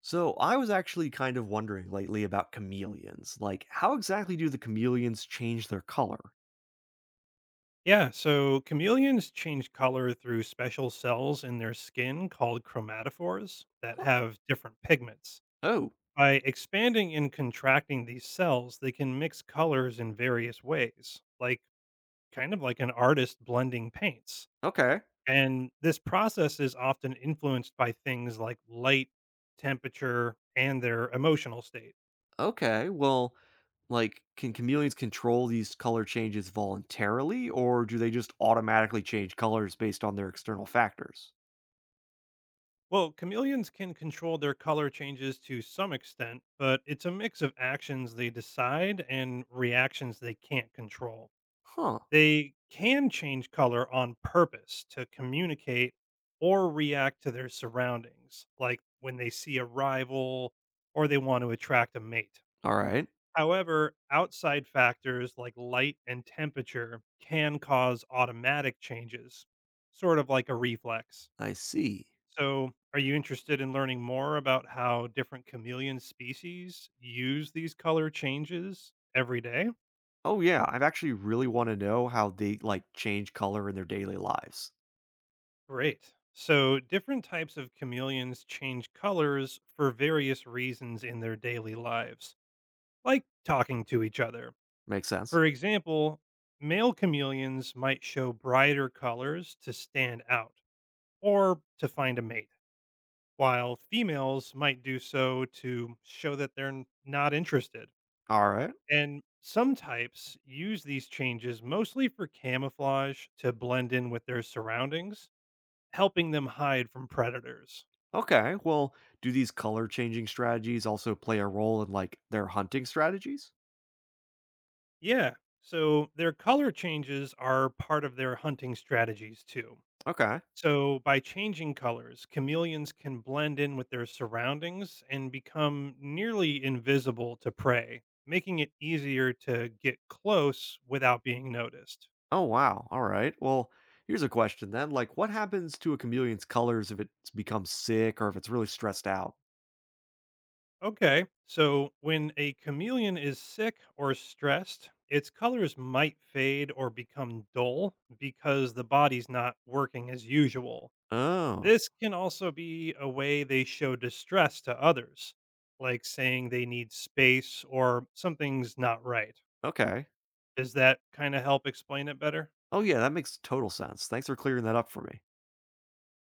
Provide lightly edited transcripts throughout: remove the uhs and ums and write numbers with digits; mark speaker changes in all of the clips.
Speaker 1: So, I was actually kind of wondering lately about chameleons. Like, how exactly do the chameleons change their color?
Speaker 2: Yeah, so chameleons change color through special cells in their skin called chromatophores that
Speaker 1: Oh,
Speaker 2: have different pigments.
Speaker 1: oh,
Speaker 2: By expanding and contracting these cells, they can mix colors in various ways, kind of like an artist blending paints.
Speaker 1: okay.
Speaker 2: And this process is often influenced by things like light, temperature, and their emotional state.
Speaker 1: Okay. Well, like, can chameleons control these color changes voluntarily, or do they just automatically change colors based on their external factors?
Speaker 2: Well, chameleons can control their color changes to some extent, but it's a mix of actions they decide and reactions they can't control.
Speaker 1: Huh.
Speaker 2: They can change color on purpose to communicate or react to their surroundings, like when they see a rival or they want to attract a mate.
Speaker 1: All right.
Speaker 2: However, outside factors like light and temperature can cause automatic changes, sort of like a reflex.
Speaker 1: I see.
Speaker 2: So, are you interested in learning more about how different chameleon species use these color changes every day?
Speaker 1: Oh, yeah. I've actually really want to know how they, like, change color in their daily lives.
Speaker 2: Great. So, different types of chameleons change colors for various reasons in their daily lives, like talking to each other.
Speaker 1: Makes sense.
Speaker 2: For example, male chameleons might show brighter colors to stand out or to find a mate, while females might do so to show that they're not interested.
Speaker 1: All right.
Speaker 2: And some types use these changes mostly for camouflage to blend in with their surroundings, helping them hide from predators.
Speaker 1: Okay. Well, do these color changing strategies also play a role in like their hunting strategies?
Speaker 2: Yeah, so their color changes are part of their hunting strategies too.
Speaker 1: Okay.
Speaker 2: So, by changing colors, chameleons can blend in with their surroundings and become nearly invisible to prey, making it easier to get close without being noticed.
Speaker 1: Oh, wow. All right. Well, here's a question then. Like, what happens to a chameleon's colors if it becomes sick or if it's really stressed out?
Speaker 2: Okay. So when a chameleon is sick or stressed, its colors might fade or become dull because the body's not working as usual.
Speaker 1: Oh,
Speaker 2: This can also be a way they show distress to others, like saying they need space or something's not right.
Speaker 1: okay.
Speaker 2: Does that kind of help explain it better?
Speaker 1: Oh, yeah. That makes total sense. Thanks for clearing that up for me.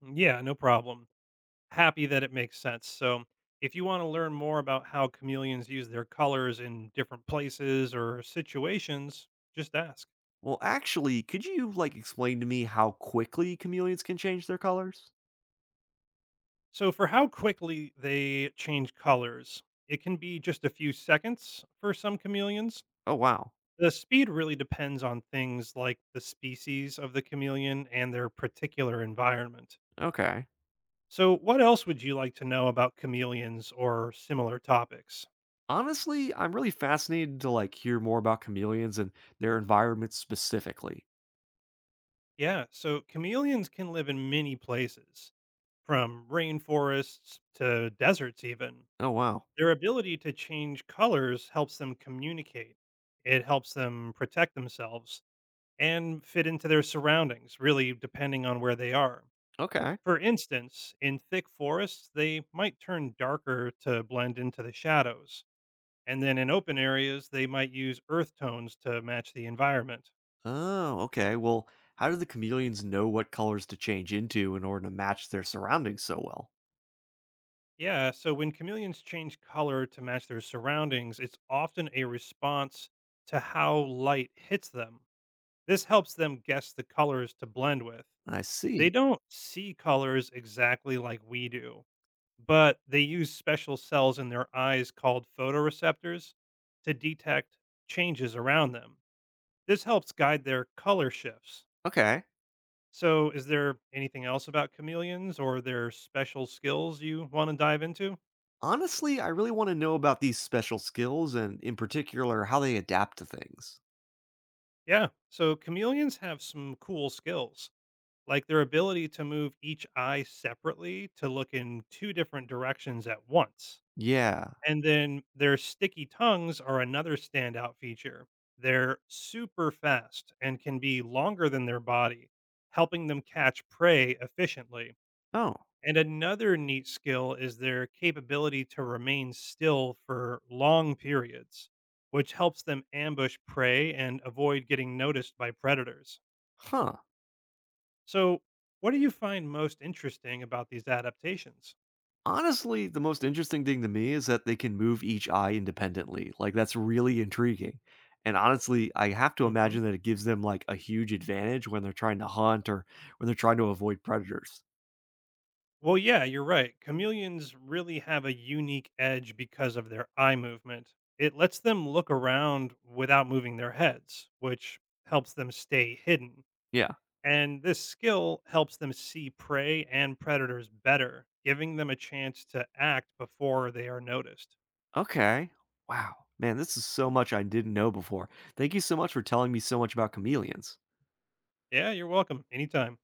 Speaker 2: Yeah, no problem. Happy that it makes sense. So, if you want to learn more about how chameleons use their colors in different places or situations, just ask.
Speaker 1: Well, actually, could you like explain to me how quickly chameleons can change their colors?
Speaker 2: So, for how quickly they change colors, it can be just a few seconds for some chameleons.
Speaker 1: Oh, wow.
Speaker 2: The speed really depends on things like the species of the chameleon and their particular environment.
Speaker 1: Okay.
Speaker 2: So, what else would you like to know about chameleons or similar topics?
Speaker 1: Honestly, I'm really fascinated to like hear more about chameleons and their environment specifically.
Speaker 2: Yeah, so chameleons can live in many places, from rainforests to deserts, even.
Speaker 1: Oh, wow.
Speaker 2: Their ability to change colors helps them communicate, it helps them protect themselves and fit into their surroundings, really, depending on where they are.
Speaker 1: Okay.
Speaker 2: For instance, in thick forests, they might turn darker to blend into the shadows. And then in open areas, they might use earth tones to match the environment.
Speaker 1: Oh, okay. Well, how do the chameleons know what colors to change into in order to match their surroundings so well?
Speaker 2: Yeah, so when chameleons change color to match their surroundings, it's often a response to how light hits them. This helps them guess the colors to blend with.
Speaker 1: I
Speaker 2: They
Speaker 1: see.
Speaker 2: don't see colors exactly like we do, but they use special cells in their eyes called photoreceptors to detect changes around them. This helps guide their color shifts.
Speaker 1: Okay.
Speaker 2: So, is there anything else about chameleons or their special skills you want to dive into?
Speaker 1: Honestly, I really want to know about these special skills and, in particular, how they adapt to things.
Speaker 2: Yeah. So chameleons have some cool skills, like their ability to move each eye separately to look in two different directions at once.
Speaker 1: Yeah.
Speaker 2: And then their sticky tongues are another standout feature. They're super fast and can be longer than their body, helping them catch prey efficiently.
Speaker 1: Oh,
Speaker 2: And another neat skill is their capability to remain still for long periods, which helps them ambush prey and avoid getting noticed by predators.
Speaker 1: huh.
Speaker 2: So, what do you find most interesting about these adaptations?
Speaker 1: Honestly, the most interesting thing to me is that they can move each eye independently. Like, that's really intriguing. And honestly, I have to
Speaker 2: Hmm.
Speaker 1: imagine that it gives them like a huge advantage when they're trying to hunt or when they're trying to avoid predators.
Speaker 2: Well, yeah, you're right. Chameleons really have a unique edge because of their eye movement. It lets them look around without moving their heads, which helps them stay hidden.
Speaker 1: Yeah.
Speaker 2: And this skill helps them see prey and predators better, giving them a chance to act before they are noticed.
Speaker 1: Okay. Wow. Man, this is so much I didn't know before. Thank you so much for telling me so much about chameleons.
Speaker 2: Yeah, you're welcome. Anytime.